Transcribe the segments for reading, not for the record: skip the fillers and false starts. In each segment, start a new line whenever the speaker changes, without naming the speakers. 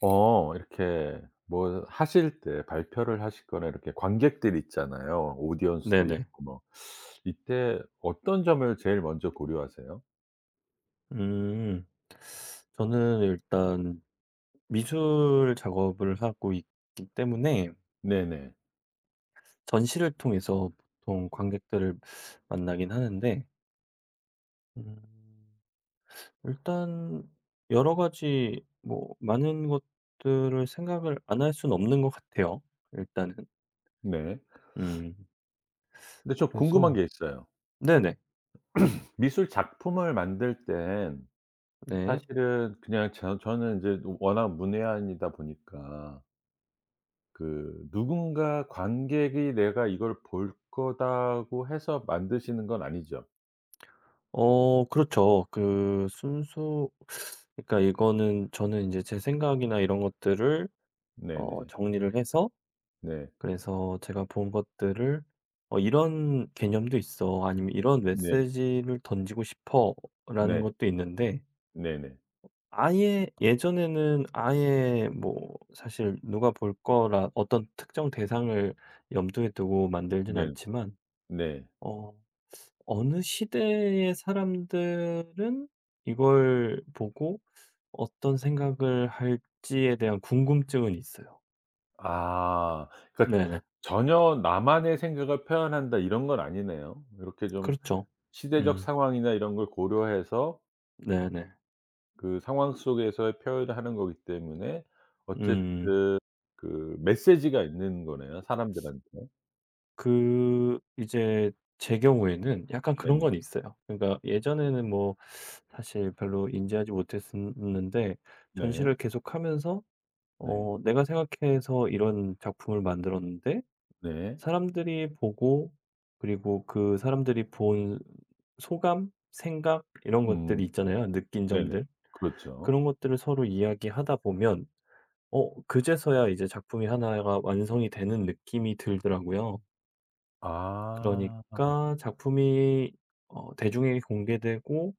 이렇게 뭐 하실 때 발표를 하시거나 이렇게 관객들 있잖아요. 오디언스도
네네.
있고 뭐. 이때 어떤 점을 제일 먼저 고려하세요?
음. 저는 일단 미술 작업을 하고 있기 때문에
네네.
전시를 통해서 보통 관객들을 만나긴 하는데 음 일단 여러 가지 뭐 많은 것들을 생각을 안 할 수는 없는 것 같아요, 일단은.
네.
음.
근데 저 궁금한
그래서
게 있어요.
네네.
미술 작품을 만들 땐
네.
사실은 그냥 저는 인제 워낙 문외한이다 보니까 그 누군가 관객이 '내가 이걸 볼 거다.'고 해서 만드시는 건 아니죠?
그렇죠. 그 순수 그러니까 이거는 저는 이제 제 생각이나 이런 것들을
네네.
정리를 해서
네.
그래서 제가 본 것들을 '어 이런 개념도 있어.' 아니면 '이런
네. 네.
메시지를 던지고 싶어.'라는
네네.
것도 있는데
네네.
아예 예전에는 아예 뭐 사실 누가 볼 거라 어떤 특정 대상을 염두에 두고 만들진
네네.
않지만
네.
어 어느 시대의 사람들은 이걸 보고 어떤 생각을 할지에 대한 궁금증은 있어요.
아. 그러니까
네.
전혀 '나만의 생각을 표현한다.' 이런 건 아니네요. 이렇게 좀
그렇죠.
시대적
음.
상황이나 이런 걸 고려해서
네네.
그 상황 속에서의 표현을 하는 거기 때문에
음.
어쨌든 그 메시지가 있는 거네요, 사람들한테.
그 이제 제 경우에는 약간 그런
네네.
건 있어요. 그러니까 예전에는 뭐 사실 별로 인지하지 못했었는데
네.
전시를 계속하면서
네.
내가 생각해서 이런 작품을 만들었는데
네.
사람들이 보고 그리고 그 사람들이 본 소감, 생각 이런 것들이
음.
있잖아요. 느낀
네네.
점들.
그렇죠.
그런 것들을 서로 이야기하다 보면 그제서야 이제 작품이 하나가 완성이 되는 느낌이 들더라고요.
아.
그러니까 작품이 대중에게 공개되고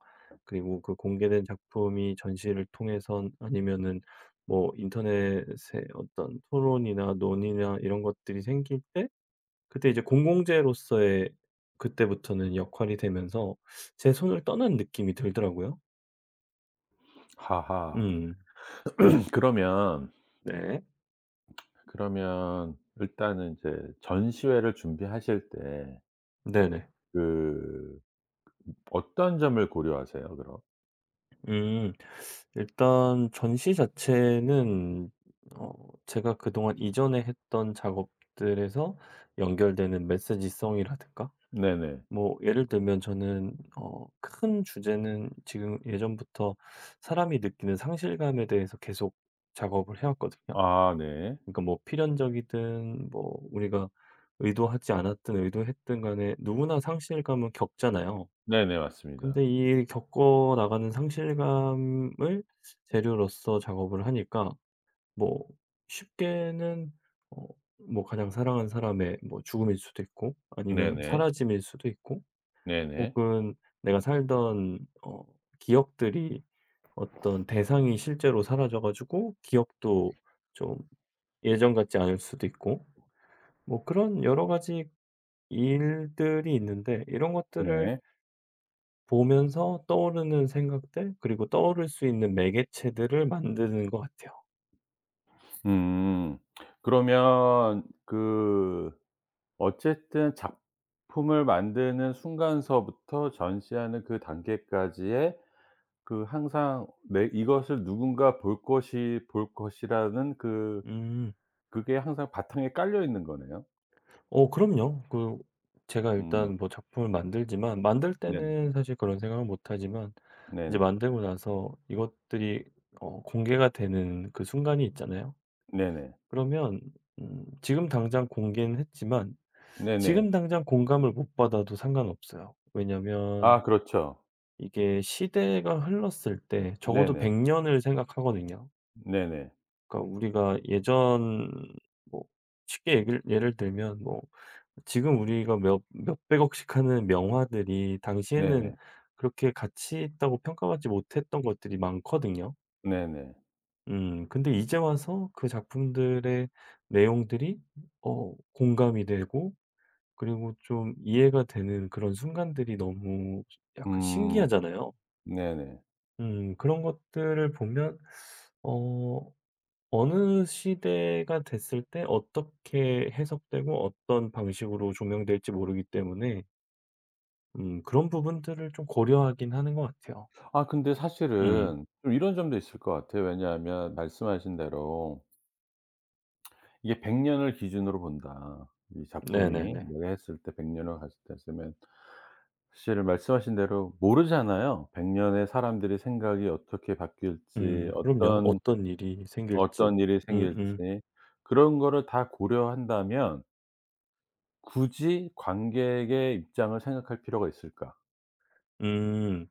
그리고 그 공개된 작품이 전시를 통해선 아니면은 뭐 인터넷에 어떤 토론이나 논의나 이런 것들이 생길 때 그때 이제 공공재로서의 그때부터는 역할이 되면서 제 손을 떠난 느낌이 들더라고요.
하하.
음.
그러면,
네.
그러면 일단은 이제 전시회를 준비하실 때
네네.
그 어떤 점을 고려하세요 그럼?
음. 일단 전시 자체는 어 제가 그동안 이전에 했던 작업들에서 연결되는 메시지성이라든가
네네.
뭐 예를 들면 저는 큰 주제는 지금 예전부터 사람이 느끼는 상실감에 대해서 계속 작업을 해 왔거든요.
아 네.
그러니까 뭐 필연적이든 뭐 우리가 의도하지 않았든 의도했든 간에 누구나 상실감은 겪잖아요.
네네. 맞습니다.
근데 이 겪어 나가는 상실감을 재료로서 작업을 하니까 뭐 쉽게는 어 뭐 가장 사랑하는 사람의 뭐 죽음일 수도 있고 아니면
네네.
사라짐일 수도 있고
네네.
혹은 내가 살던 기억들이 어떤 대상이 실제로 사라져 가지고 기억도 좀 예전 같지 않을 수도 있고 뭐 그런 여러 가지 일들이 있는데 이런 것들을
네.
보면서 떠오르는 생각들 그리고 떠오를 수 있는 매개체들을 만드는 것 같아요.
음. 그러면 그 어쨌든 작품을 만드는 순간서부터 전시하는 그 단계까지의 그 항상 내 '이것을 누군가 볼 것이'라는 그
음.
그게 항상 바탕에 깔려 있는 거네요.
그럼요. 그 제가
음.
일단 뭐 작품을 만들지만 만들
네네.
때는 사실 그런 생각을 못 하지만 이제
네네.
만들고 나서 이것들이 공개가 되는 그 순간이 있잖아요.
네네.
그러면 지금 당장 공개는 했지만
네네.
지금 당장 공감을 못 받아도 상관없어요. 왜냐면
아 그렇죠.
이게 시대가 흘렀을 때 적어도 100년
네네.
년을 생각하거든요.
네네.
그러니까 우리가 예전 뭐 쉽게 얘기를 예를 들면 뭐 지금 우리가 몇 몇백억씩 하는 명화들이 당시에는
네네.
그렇게 가치 있다고 평가받지 못했던 것들이 많거든요.
네네.
근데 이제 와서 그 작품들의 내용들이 공감이 되고 그리고 좀 이해가 되는 그런 순간들이 너무 약간
음.
신기하잖아요.
네네.
그런 것들을 보면 어 어느 시대가 됐을 때 어떻게 해석되고 어떤 방식으로 조명될지 모르기 때문에 그런 부분들을 좀 고려하긴 하는 것 같아요.
아 근데
음.
사실은 좀 이런 점도 있을 것 같아요. 왜냐하면 말씀하신 대로 이게 100년 년을 기준으로 본다. 이 작품이
네네네.
내가 했을 때 100년 년을 갔을 때 했으면 사실 말씀하신 대로 모르잖아요. 100년 년에 사람들의 생각이 어떻게 바뀔지
그럼요.
어떤
어떤 일이
어떤
생길지.
일이
음음. 음.
생길지 그런 거를 다 고려한다면 굳이 관객의 입장을 생각할 필요가 있을까?
음.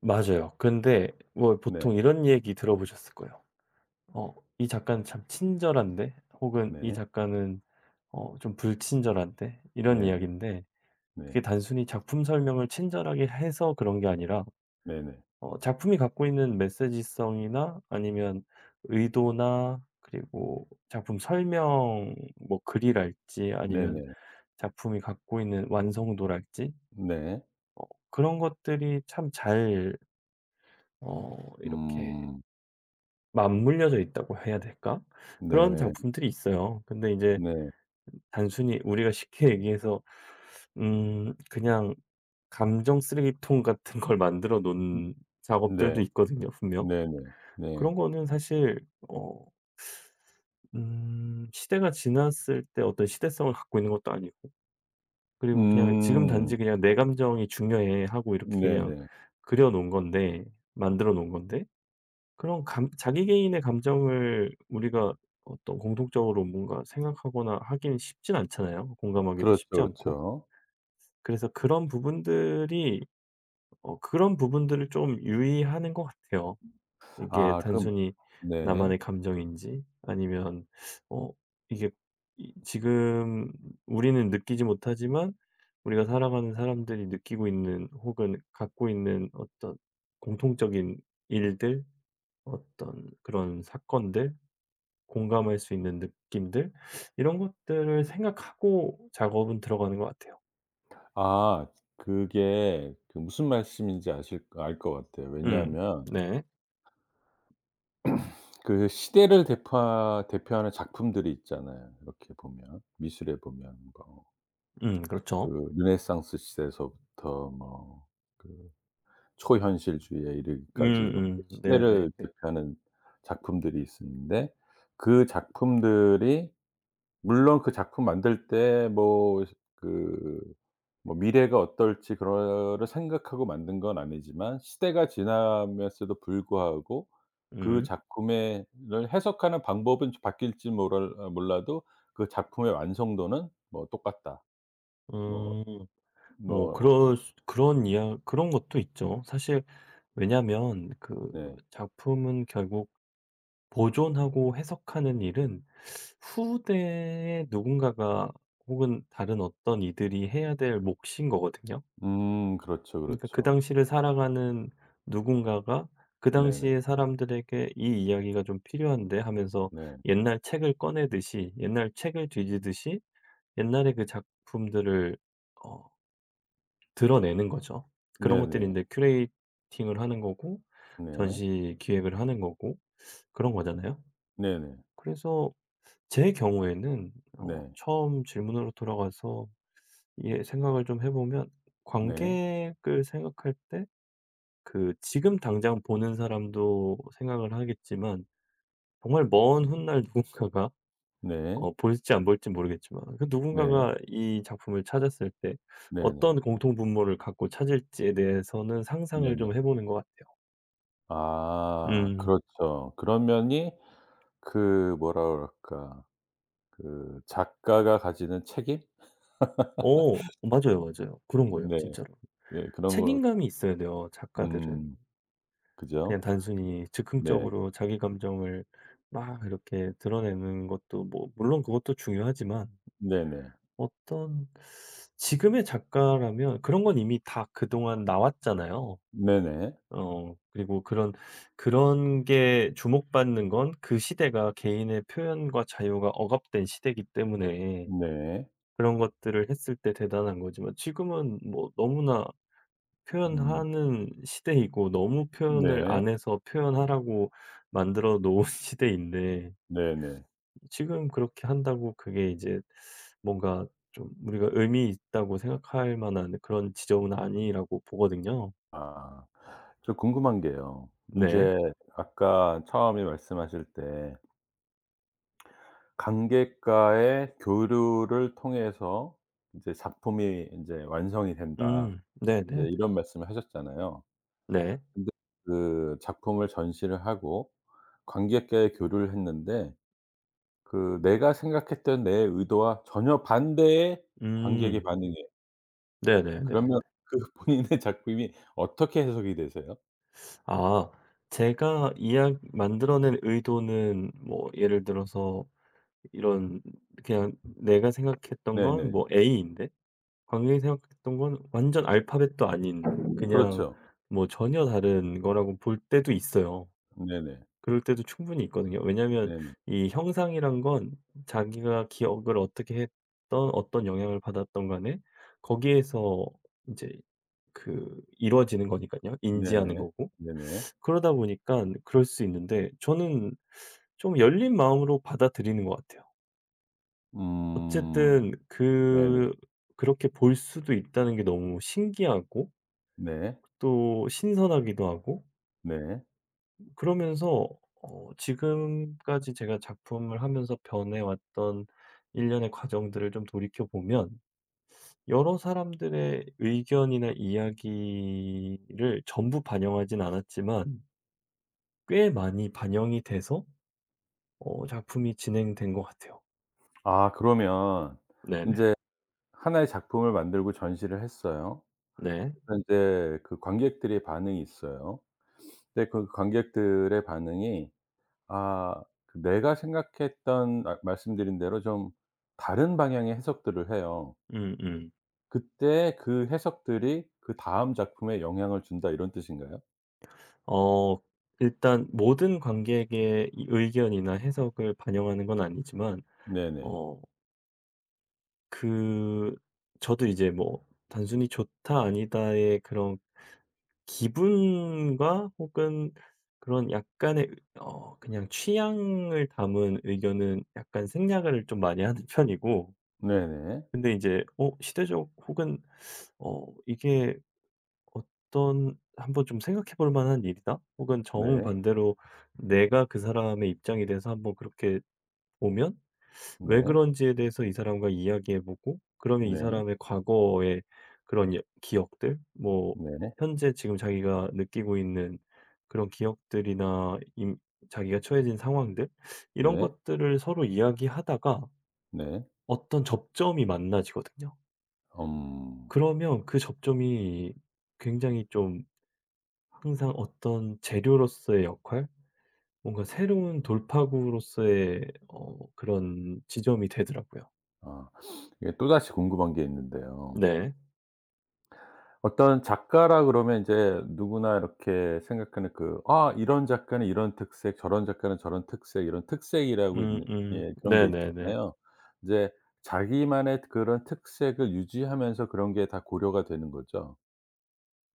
맞아요. 근데 뭐
네.
보통 이런 얘기 들어보셨을 거예요. "어 이 작가는 참 친절한데." 혹은 "이
네.
작가는 좀 불친절한데." 이런
네네.
이야기인데 그게
네.
단순히 작품 설명을 친절하게 해서 그런 게 아니라
네네.
작품이 갖고 있는 메시지성이나 아니면 의도나 그리고 작품 설명 뭐 글이랄지 아니면
네네.
작품이 갖고 있는 완성도랄지
네.
어 그런 것들이 참 잘 이렇게
음.
맞물려져 있다고 해야 될까? 그런
네.
작품들이 있어요. 근데 이제
네.
단순히 우리가 쉽게 얘기해서 그냥 감정 쓰레기통 같은 걸 만들어 놓은 작업들도
네.
있거든요 분명.
네네. 네.
그런 거는 사실 어 시대가 지났을 때 어떤 시대성을 갖고 있는 것도 아니고 그리고 그냥 지금
음.
단지 그냥 '내 감정이 중요해.' 하고 이렇게 그냥
네네.
그려 놓은 건데 만들어 놓은 건데 그런 감 자기 개인의 감정을 우리가 어떤 공통적으로 뭔가 생각하거나 하기는 쉽진 않잖아요. 공감하기도
그렇죠,
쉽지 않고.
그렇죠.
그래서 그런 부분들이 그런 부분들을 좀 유의하는 것 같아요. 이게
아 그럼.
단순히
네.
나만의 감정인지 아니면 어 이게 이 지금 우리는 느끼지 못하지만 우리가 살아가는 사람들이 느끼고 있는 혹은 갖고 있는 어떤 공통적인 일들, 어떤 그런 사건들, 공감할 수 있는 느낌들 이런 것들을 생각하고 작업은 들어가는 것 같아요.
아 그게 그 무슨 말씀인지 아실 알 것 같아요.
음.
왜냐하면
네.
그 시대를 대파 대표하는 작품들이 있잖아요. 이렇게 보면 미술에 보면 뭐
그렇죠.
그 르네상스 시대에서부터 뭐그 초현실주의에 이르기까지 이렇게
네네네.
시대를 대표하는 작품들이 있었는데 그 작품들이 물론 그 작품 만들 때 뭐 그 뭐 미래가 어떨지 그거를 생각하고 만든 건 아니지만 시대가 지나면서도 불구하고 그
음.
작품의 를 해석하는 방법은 바뀔지 모랄 어 몰라도 그 작품의 완성도는 뭐 똑같다. 뭐.
음. 뭐 그
뭐.
런 그런 이야 그런 것도 있죠. 사실 왜냐면 하그
네.
작품은 결국 보존하고 해석하는 일은 후대에 누군가가 혹은 다른 어떤 이들이 해야 될 몫인 거거든요.
그렇죠,
그러니까 그
그렇죠.
당시를 살아가는 누군가가 그
네네.
당시의 사람들에게 "이 이야기가 좀 필요한데." 하면서
네.
옛날 책을 꺼내듯이 옛날 책을 뒤지듯이 옛날의 그 작품들을 어 드러내는 거죠. 그런 것들이
네네.
인제 큐레이팅을 하는 거고
네.
전시 기획을 하는 거고 그런 거잖아요.
네네.
그래서 제 경우에는
네.
처음 질문으로 돌아가서 예, 생각을 좀 해 보면
네.
관객을 생각할 때 그 지금 당장 보는 사람도 생각을 하겠지만 정말 먼 훗날 누군가가
네.
볼지 안 볼지 모르겠지만 그
네.
누군가가 이 작품을 찾았을 때
네네.
어떤 공통분모를 갖고 찾을지에 대해서는 상상을
네네.
좀 해 보는 것 같아요.
아
음.
그렇죠. 그런 면이 그 뭐라 그럴까. 그 작가가 가지는 책임?
어 맞아요, 맞아요. 그런 거예요
네.
진짜로.
네 그런 거.
책임감이 있어야 돼요 작가들은.
음.
그냥
그죠?
단순히
네.
즉흥적으로 자기 감정을 막 이렇게 드러내는 것도 뭐 물론 그것도 중요하지만
네네.
어떤 지금의 작가라면 그런 건 이미 다 그동안 나왔잖아요.
네네.
그리고 그런 게 주목받는 건 그 시대가 개인의 표현과 자유가 억압된 시대이기 때문에
네.
그런 것들을 했을 때 대단한 거지만 지금은 뭐 너무나
음
표현하는 시대이고 너무 표현을
네.
안 해서 표현하라고 만들어 놓은 시대인데
네네.
지금 그렇게 한다고 그게 이제 뭔가 좀 우리가 의미 있다고 생각할 만한 그런 지점은 아니라고 보거든요.
아 저 궁금한 게요.
네.
인제 아까 처음에 말씀하실 때 관객과의 교류를 통해서 이제 "작품이 인제 완성이 된다."
음.
인제
네네네. 네.
이런 말씀을 하셨잖아요.
네. 네.
근데 그 작품을 전시를 하고 관객과의 교류를 했는데 그 내가 생각했던 내 의도와 전혀 반대의 관객의
음.
반응이에요.
네네네.
그러면 그 본인의 작품이 어떻게 해석이 되세요?
아 제가 이야 만들어낸 의도는 뭐 예를 들어서 이런 그냥 내가 생각했던 건
네네.
뭐 A인데 관객이 생각했던 건 완전 알파벳도 아닌 그냥
그렇죠.
뭐 전혀 다른 거라고 볼 때도 있어요.
네네.
그럴 때도 충분히 있거든요. 왜냐면
네네.
이 형상이란 건 자기가 기억을 어떻게 했던 어떤 영향을 받았던 간에 거기에서 이제 그 이루어지는 거니깐요. 인지하는
네네.
거고.
네네.
그러다 보니까 그럴 수 있는데 저는 좀 열린 마음으로 받아들이는 것 같아요.
음.
어쨌든
네네.
그 그렇게 볼 수도 있다는 게 너무 신기하고
네.
또 신선하기도 하고
네.
그러면서 지금까지 제가 작품을 하면서 변해왔던 일련의 과정들을 좀 돌이켜 보면 여러 사람들의 의견이나 이야기를 전부 반영하진 않았지만 꽤 많이 반영이 돼서 작품이 진행된 것 같아요.
아 그러면
네네.
인제 하나의 작품을 만들고 전시를 했어요.
네.
그래서 인제 그 관객들의 반응이 있어요. 근데 그 관객들의 반응이 아 그 내가 생각했던 아 말씀드린 대로 좀 다른 방향의 해석들을 해요.
음음.
그때 그 해석들이 '그다음 작품에 영향을 준다.' 이런 뜻인가요?
어 일단 모든 관객의 이 의견이나 해석을 반영하는 건 아니지만
네네.
어 그 저도 이제 뭐 단순히 좋다 아니다의 그런 기분과 혹은 그런 약간의 그냥 취향을 담은 의견은 약간 생략을 좀 많이 하는 편이고
네네.
근데 이제 시대적 혹은 이게 어떤 한번 좀 생각해 볼 만한 일이다? 혹은
네.
정반대로 내가 그 사람의 입장이 돼서 한번 그렇게 보면 왜
네.
그런지에 대해서 이 사람과 이야기해 보고 그러면 이
네.
사람의 과거의 그런 기억들, 뭐
네.
현재 지금 자기가 느끼고 있는 그런 기억들이나 자기가 처해진 상황들 이런
네.
것들을 서로 이야기하다가
네.
어떤 접점이 만나지거든요.
음.
그러면 그 접점이 굉장히 좀 항상 어떤 재료로서의 역할? 뭔가 새로운 돌파구로서의 그런 지점이 되더라고요.
아 이게 또다시 궁금한 게 있는데요.
네.
어떤 작가라 그러면 이제 누구나 이렇게 생각하는 그 '아 이런 작가는 이런 특색, 저런 작가는 저런 특색.' 이런 특색이라고 있는
음음.
예 그런 게
네네네.
있잖아요. 이제 자기만의 그런 특색을 유지하면서 그런 게 다 고려가 되는 거죠.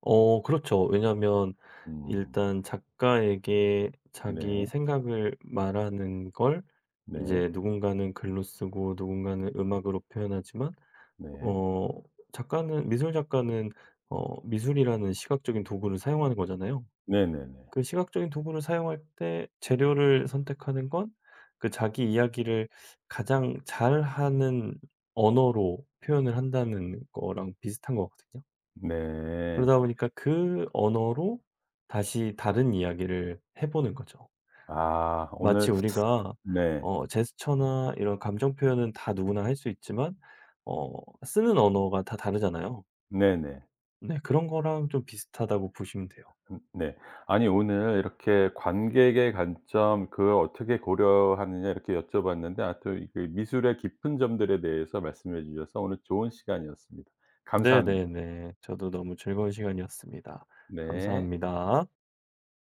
그렇죠. 왜냐하면
음.
일단 작가에게 자기
네.
생각을 말하는 걸
네.
이제 누군가는 글로 쓰고 누군가는 음악으로 표현하지만
네.
어 작가는 미술 작가는 미술이라는 시각적인 도구를 사용하는 거잖아요.
네 네네.
그 시각적인 도구를 사용할 때 재료를 선택하는 건 그 자기 이야기를 가장 잘하는 언어로 표현을 한다는 거랑 비슷한 거거든요.
네. 네. 네.
그러다 보니까 그 언어로 다시 다른 이야기를 해 보는 거죠.
아 오늘.
마치 우리가
네.
제스처나 이런 감정 표현은 다 누구나 할 수 있지만 어 쓰는 언어가 다 다르잖아요.
네네.
네 그런 거랑 좀 비슷하다고 보시면 돼요.
네. 아니 오늘 이렇게 관객의 관점 그걸 어떻게 고려하느냐 이렇게 여쭤봤는데 아 또 이 그 미술의 깊은 점들에 대해서 말씀해 주셔서 오늘 좋은 시간이었습니다. 감사합 니.
네네네. 저도 너무 즐거운 시간이었습니다.
네.
감사합니다.